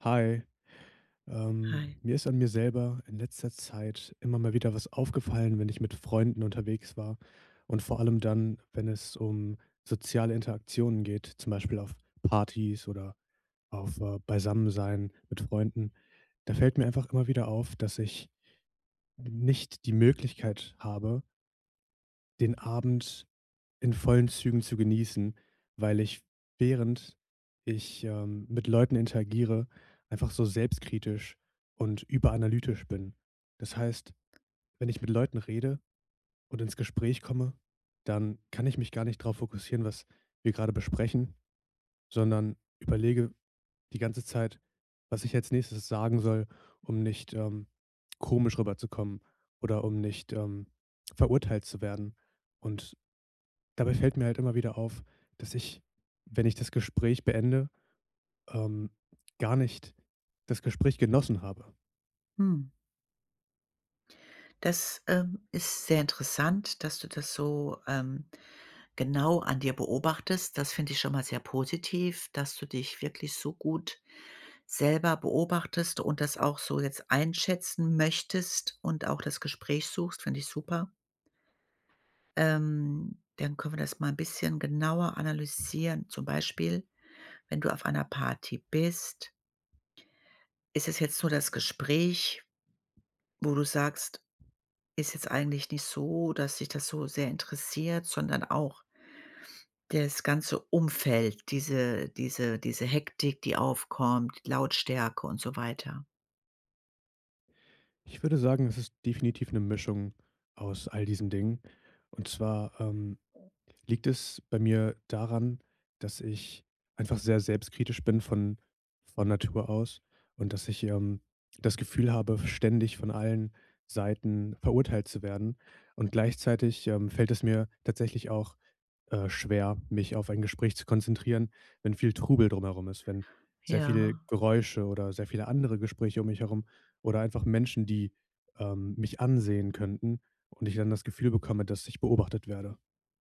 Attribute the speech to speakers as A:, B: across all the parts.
A: Hi,
B: Hi.
A: mir ist an mir selber in letzter Zeit immer mal wieder was aufgefallen, wenn ich mit Freunden unterwegs war und vor allem dann, wenn es um soziale Interaktionen geht, zum Beispiel auf Partys oder auf Beisammensein mit Freunden. Da fällt mir einfach immer wieder auf, dass ich nicht die Möglichkeit habe, den Abend in vollen Zügen zu genießen, weil ich, während ich mit Leuten interagiere, einfach so selbstkritisch und überanalytisch bin. Das heißt, wenn ich mit Leuten rede und ins Gespräch komme, dann kann ich mich gar nicht darauf fokussieren, was wir gerade besprechen, sondern überlege die ganze Zeit, was ich als Nächstes sagen soll, um nicht, komisch rüberzukommen oder um nicht, verurteilt zu werden. Und Dabei fällt mir halt immer wieder auf, dass ich, wenn ich das Gespräch beende, ähm, gar nicht das Gespräch genossen habe.
B: Hm. Das, ist sehr interessant, dass du das so, genau an dir beobachtest. Das finde ich schon mal sehr positiv, dass du dich wirklich so gut selber beobachtest und das auch so jetzt einschätzen möchtest und auch das Gespräch suchst, finde ich super. Dann können wir das mal ein bisschen genauer analysieren. Zum Beispiel, wenn du auf einer Party bist, ist es jetzt nur das Gespräch, wo du sagst: Ist jetzt eigentlich nicht so, dass sich das so sehr interessiert, sondern auch das ganze Umfeld, diese diese Hektik, die aufkommt, Lautstärke und so weiter.
A: Ich würde sagen, es ist definitiv eine Mischung aus all diesen Dingen. Und zwar, liegt es bei mir daran, dass ich einfach sehr selbstkritisch bin von Natur aus und dass ich das Gefühl habe, ständig von allen Seiten verurteilt zu werden. Und gleichzeitig fällt es mir tatsächlich auch schwer, mich auf ein Gespräch zu konzentrieren, wenn viel Trubel drumherum ist, wenn sehr viele
B: Ja,
A: Geräusche oder sehr viele andere Gespräche um mich herum oder einfach Menschen, die mich ansehen könnten und ich dann das Gefühl bekomme, dass ich beobachtet werde.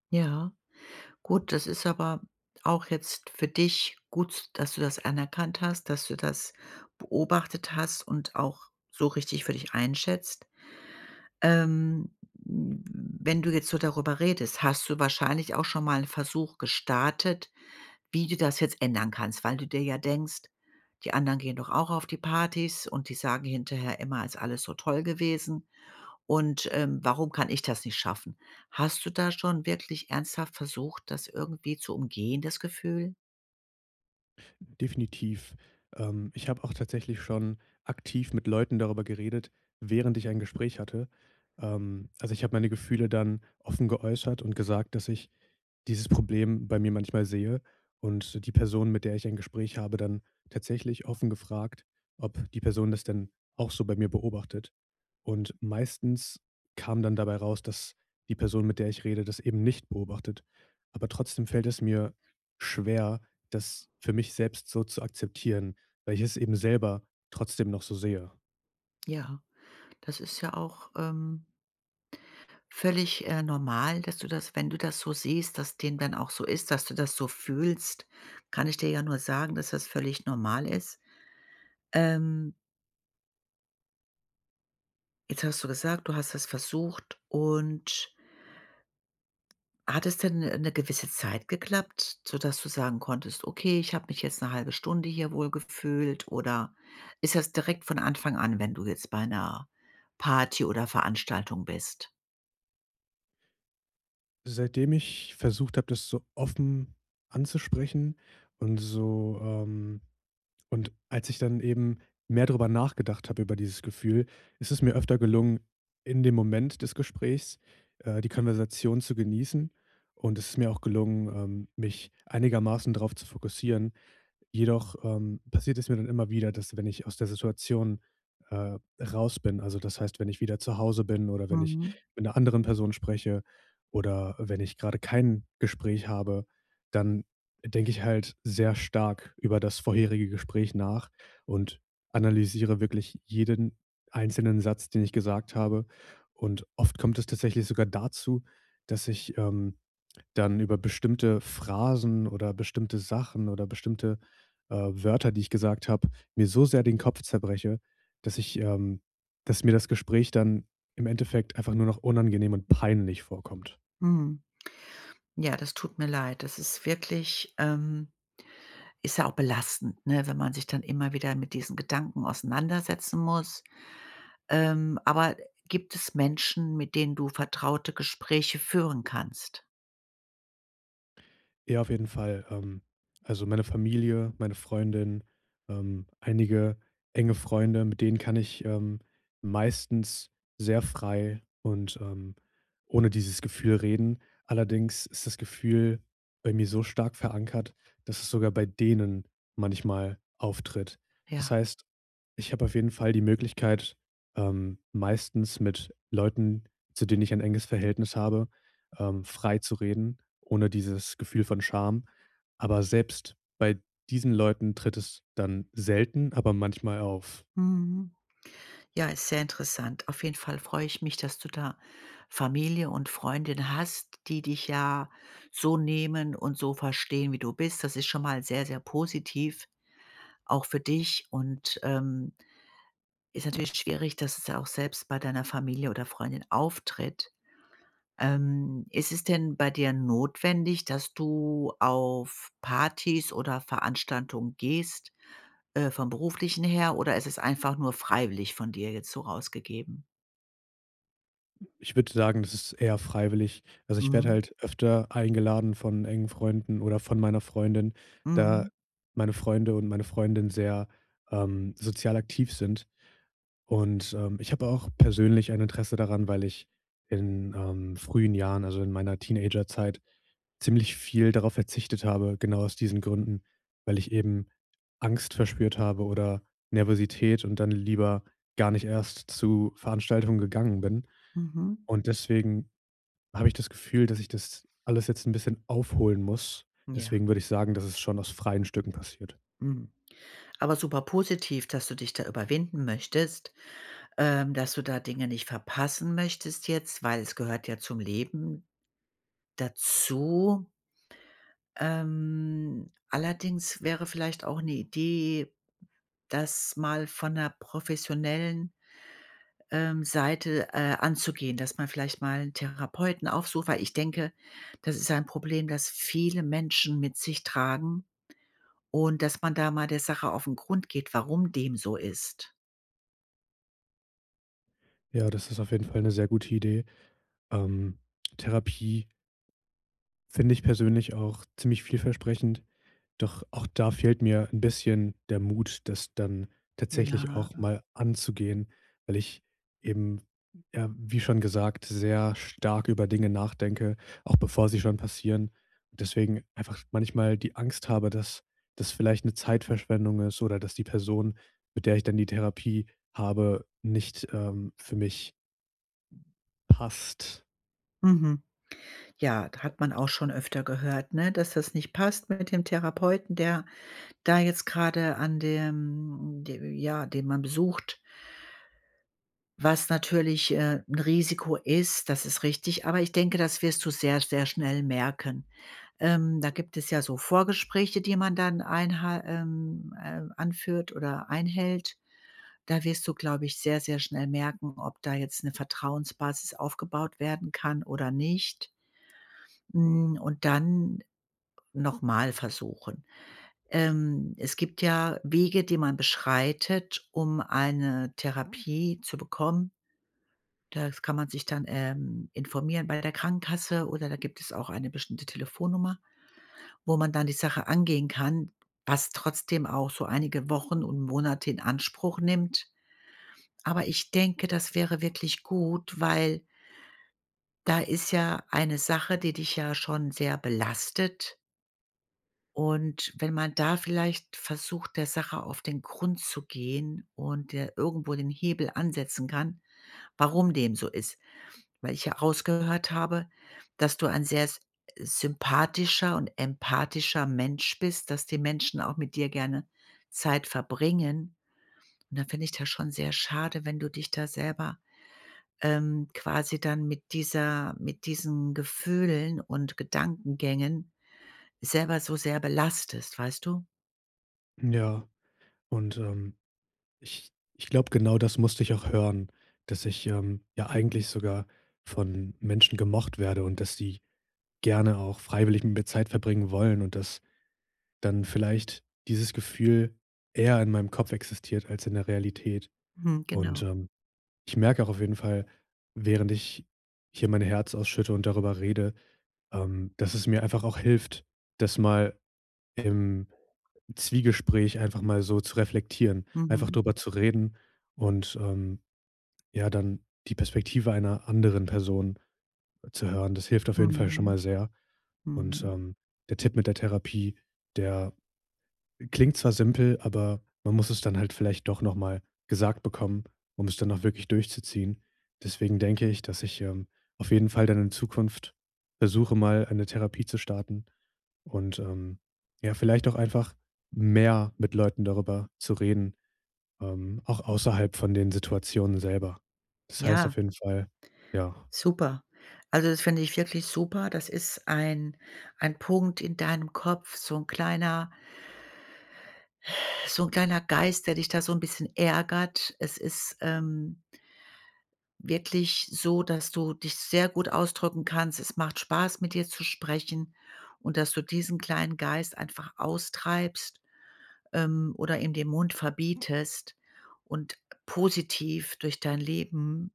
B: ja. Gut, das ist aber auch jetzt für dich gut, dass du das anerkannt hast, dass du das beobachtet hast und auch so richtig für dich einschätzt. Ähm, wenn du jetzt so darüber redest, hast du wahrscheinlich auch schon mal einen Versuch gestartet, wie du das jetzt ändern kannst, weil du dir ja denkst: „Die anderen gehen doch auch auf die Partys und die sagen hinterher immer, ist alles so toll gewesen und, warum kann ich das nicht schaffen?“ Hast du da schon wirklich ernsthaft versucht, das irgendwie zu umgehen, das Gefühl?
A: Definitiv. Ich habe auch tatsächlich schon aktiv mit Leuten darüber geredet, während ich ein Gespräch hatte. Also ich habe meine Gefühle dann offen geäußert und gesagt, dass ich dieses Problem bei mir manchmal sehe und die Person, mit der ich ein Gespräch habe, dann tatsächlich offen gefragt, ob die Person das denn auch so bei mir beobachtet. Und meistens kam dann dabei raus, dass die Person, mit der ich rede, das eben nicht beobachtet. Aber trotzdem fällt es mir schwer, das für mich selbst so zu akzeptieren, weil ich es eben selber trotzdem noch so sehe.
B: Ja, das ist ja auch, völlig, normal, dass du das, wenn du das so siehst, dass dem dann auch so ist, dass du das so fühlst, kann ich dir ja nur sagen, dass das völlig normal ist. Ähm, jetzt hast du gesagt, du hast das versucht, und hat es denn eine gewisse Zeit geklappt, sodass du sagen konntest: „Okay, ich habe mich jetzt eine halbe Stunde hier wohlgefühlt“, oder ist das direkt von Anfang an, wenn du jetzt bei einer Party oder Veranstaltung bist?
A: Seitdem ich versucht habe, das so offen anzusprechen und so, und als ich dann eben mehr darüber nachgedacht habe, über dieses Gefühl, ist es mir öfter gelungen, in dem Moment des Gesprächs, die Konversation zu genießen. Und es ist mir auch gelungen, mich einigermaßen darauf zu fokussieren. Jedoch, passiert es mir dann immer wieder, dass wenn ich aus der Situation raus bin, also das heißt, wenn ich wieder zu Hause bin oder wenn ich
B: Mhm,
A: mit einer anderen Person spreche oder wenn ich gerade kein Gespräch habe, dann denke ich halt sehr stark über das vorherige Gespräch nach und analysiere wirklich jeden einzelnen Satz, den ich gesagt habe. Und oft kommt es tatsächlich sogar dazu, dass ich dann über bestimmte Phrasen oder bestimmte Sachen oder bestimmte Wörter, die ich gesagt habe, mir so sehr den Kopf zerbreche, dass ich dass mir das Gespräch dann im Endeffekt einfach nur noch unangenehm und peinlich vorkommt.
B: mhm. Ja, das tut mir leid. Das ist wirklich, ist ja auch belastend, ne, wenn man sich dann immer wieder mit diesen Gedanken auseinandersetzen muss. Aber gibt es Menschen, mit denen du vertraute Gespräche führen kannst?
A: Ja, auf jeden Fall. Also meine Familie, meine Freundin, einige enge Freunde, mit denen kann ich meistens sehr frei und ohne dieses Gefühl reden. Allerdings ist das Gefühl bei mir so stark verankert, dass es sogar bei denen manchmal auftritt. Das
B: Ja.
A: heißt, ich habe auf jeden Fall die Möglichkeit, meistens mit Leuten, zu denen ich ein enges Verhältnis habe, frei zu reden, ohne dieses Gefühl von Scham. Aber selbst bei diesen Leuten tritt es dann selten, aber manchmal auf.
B: Mhm. Ja, ist sehr interessant. Auf jeden Fall freue ich mich, dass du da Familie und Freundin hast, die dich ja so nehmen und so verstehen, wie du bist. Das ist schon mal sehr, sehr positiv, auch für dich. Und ist natürlich schwierig, dass es ja auch selbst bei deiner Familie oder Freundin auftritt. Ist es denn bei dir notwendig, dass du auf Partys oder Veranstaltungen gehst, vom beruflichen her, oder ist es einfach nur freiwillig von dir jetzt so rausgegeben?
A: Ich würde sagen, das ist eher freiwillig. Also ich werde
B: Mhm.
A: halt öfter eingeladen von engen Freunden oder von meiner Freundin, da
B: Mhm.
A: meine Freunde und meine Freundin sehr sozial aktiv sind. Und ich habe auch persönlich ein Interesse daran, weil ich in frühen Jahren, also in meiner Teenagerzeit, ziemlich viel darauf verzichtet habe, genau aus diesen Gründen, weil ich eben Angst verspürt habe oder Nervosität und dann lieber gar nicht erst zu Veranstaltungen gegangen bin.
B: Mhm.
A: Und deswegen habe ich das Gefühl, dass ich das alles jetzt ein bisschen aufholen muss.
B: Ja.
A: Deswegen würde ich sagen, dass es schon aus freien Stücken passiert.
B: Mhm. Aber super positiv, dass du dich da überwinden möchtest, dass du da Dinge nicht verpassen möchtest jetzt, weil es gehört ja zum Leben dazu. Allerdings wäre vielleicht auch eine Idee, das mal von der professionellen, Seite, anzugehen, dass man vielleicht mal 'n Therapeuten aufsucht, weil ich denke, das ist ein Problem, das viele Menschen mit sich tragen. Und dass man da mal der Sache auf den Grund geht, warum dem so ist.
A: Ja, das ist auf jeden Fall eine sehr gute Idee. Ähm, Therapie finde ich persönlich auch ziemlich vielversprechend. Doch auch da fehlt mir ein bisschen der Mut, das dann tatsächlich auch
B: Ja.
A: mal anzugehen, weil ich eben, ja, wie schon gesagt, sehr stark über Dinge nachdenke, auch bevor sie schon passieren. Und deswegen einfach manchmal die Angst habe, dass das vielleicht eine Zeitverschwendung ist oder dass die Person, mit der ich dann die Therapie habe, nicht für mich passt.
B: Mhm. Ja, da hat man auch schon öfter gehört, ne, dass das nicht passt mit dem Therapeuten, der da jetzt gerade an dem de ja, den man besucht, was natürlich, 'n Risiko ist, das ist richtig. Aber ich denke, das wirst du sehr, sehr schnell merken. Da gibt es ja so Vorgespräche, die man dann einha anführt oder einhält. Da wirst du, glaube ich, sehr, sehr schnell merken, ob da jetzt 'ne Vertrauensbasis aufgebaut werden kann oder nicht. Hm, und dann noch mal versuchen. Es gibt ja Wege, die man beschreitet, um eine Therapie zu bekommen. Das kann man sich dann, informieren bei der Krankenkasse, oder da gibt es auch eine bestimmte Telefonnummer, wo man dann die Sache angehen kann, was trotzdem auch so einige Wochen und Monate in Anspruch nimmt. Aber ich denke, das wäre wirklich gut, weil da ist ja eine Sache, die dich ja schon sehr belastet. Und wenn man da vielleicht versucht, der Sache auf den Grund zu gehen und der irgendwo den Hebel ansetzen kann, warum dem so ist. Weil ich ja rausgehört habe, dass du ein sehr sympathischer und empathischer Mensch bist, dass die Menschen auch mit dir gerne Zeit verbringen. Und da finde ich das schon sehr schade, wenn du dich da selber quasi dann mit dieser mit diesen Gefühlen und Gedankengängen selber so sehr belastest, weißt du?
A: Ja, und, ähm, Ich ich glaube, genau das musste ich auch hören, dass ich ja eigentlich sogar von Menschen gemocht werde und dass die gerne auch freiwillig mit mir Zeit verbringen wollen und dass dann vielleicht dieses Gefühl eher in meinem Kopf existiert als in der Realität.
B: Mhm,
A: Und,
B: genau.
A: ähm, ich merke auch auf jeden Fall, während ich hier mein Herz ausschütte und darüber rede, dass es mir einfach auch hilft, das mal im Zwiegespräch einfach mal so zu reflektieren, einfach
B: Mhm.
A: drüber zu reden und ja, dann die Perspektive einer anderen Person zu hören, das hilft auf jeden Fall schon
B: Mhm.
A: mal sehr. Und,
B: Mhm.
A: ähm, Der Tipp mit der Therapie, der klingt zwar simpel, aber man muss es dann halt vielleicht doch noch mal gesagt bekommen, um es dann auch wirklich durchzuziehen. Deswegen denke ich, dass ich auf jeden Fall dann in Zukunft versuche, mal eine Therapie zu starten und ja, vielleicht auch einfach mehr mit Leuten darüber zu reden, auch außerhalb von den Situationen selber. Das heißt auf
B: Ja,
A: jeden Fall ja,
B: super. Also, das finde ich wirklich super. Das ist ein Punkt in deinem Kopf, so ein kleiner, so ein kleiner Geist, der dich da so ein bisschen ärgert. Es ist, wirklich so, dass du dich sehr gut ausdrücken kannst. Es macht Spaß, mit dir zu sprechen, und dass du diesen kleinen Geist einfach austreibst, oder ihm den Mund verbietest und positiv durch dein Leben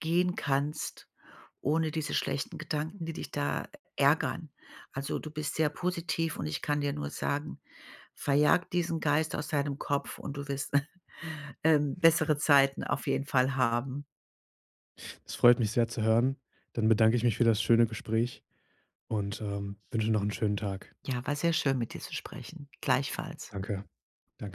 B: gehen kannst, ohne diese schlechten Gedanken, die dich da ärgern. Also, du bist sehr positiv und ich kann dir nur sagen, verjag diesen Geist aus deinem Kopf und du wirst, bessere Zeiten auf jeden Fall haben.
A: es freut mich sehr zu hören. Dann bedanke ich mich für das schöne Gespräch und wünsche noch einen schönen Tag.
B: Ja, war sehr schön, mit dir zu sprechen. Gleichfalls.
A: Danke. Danke.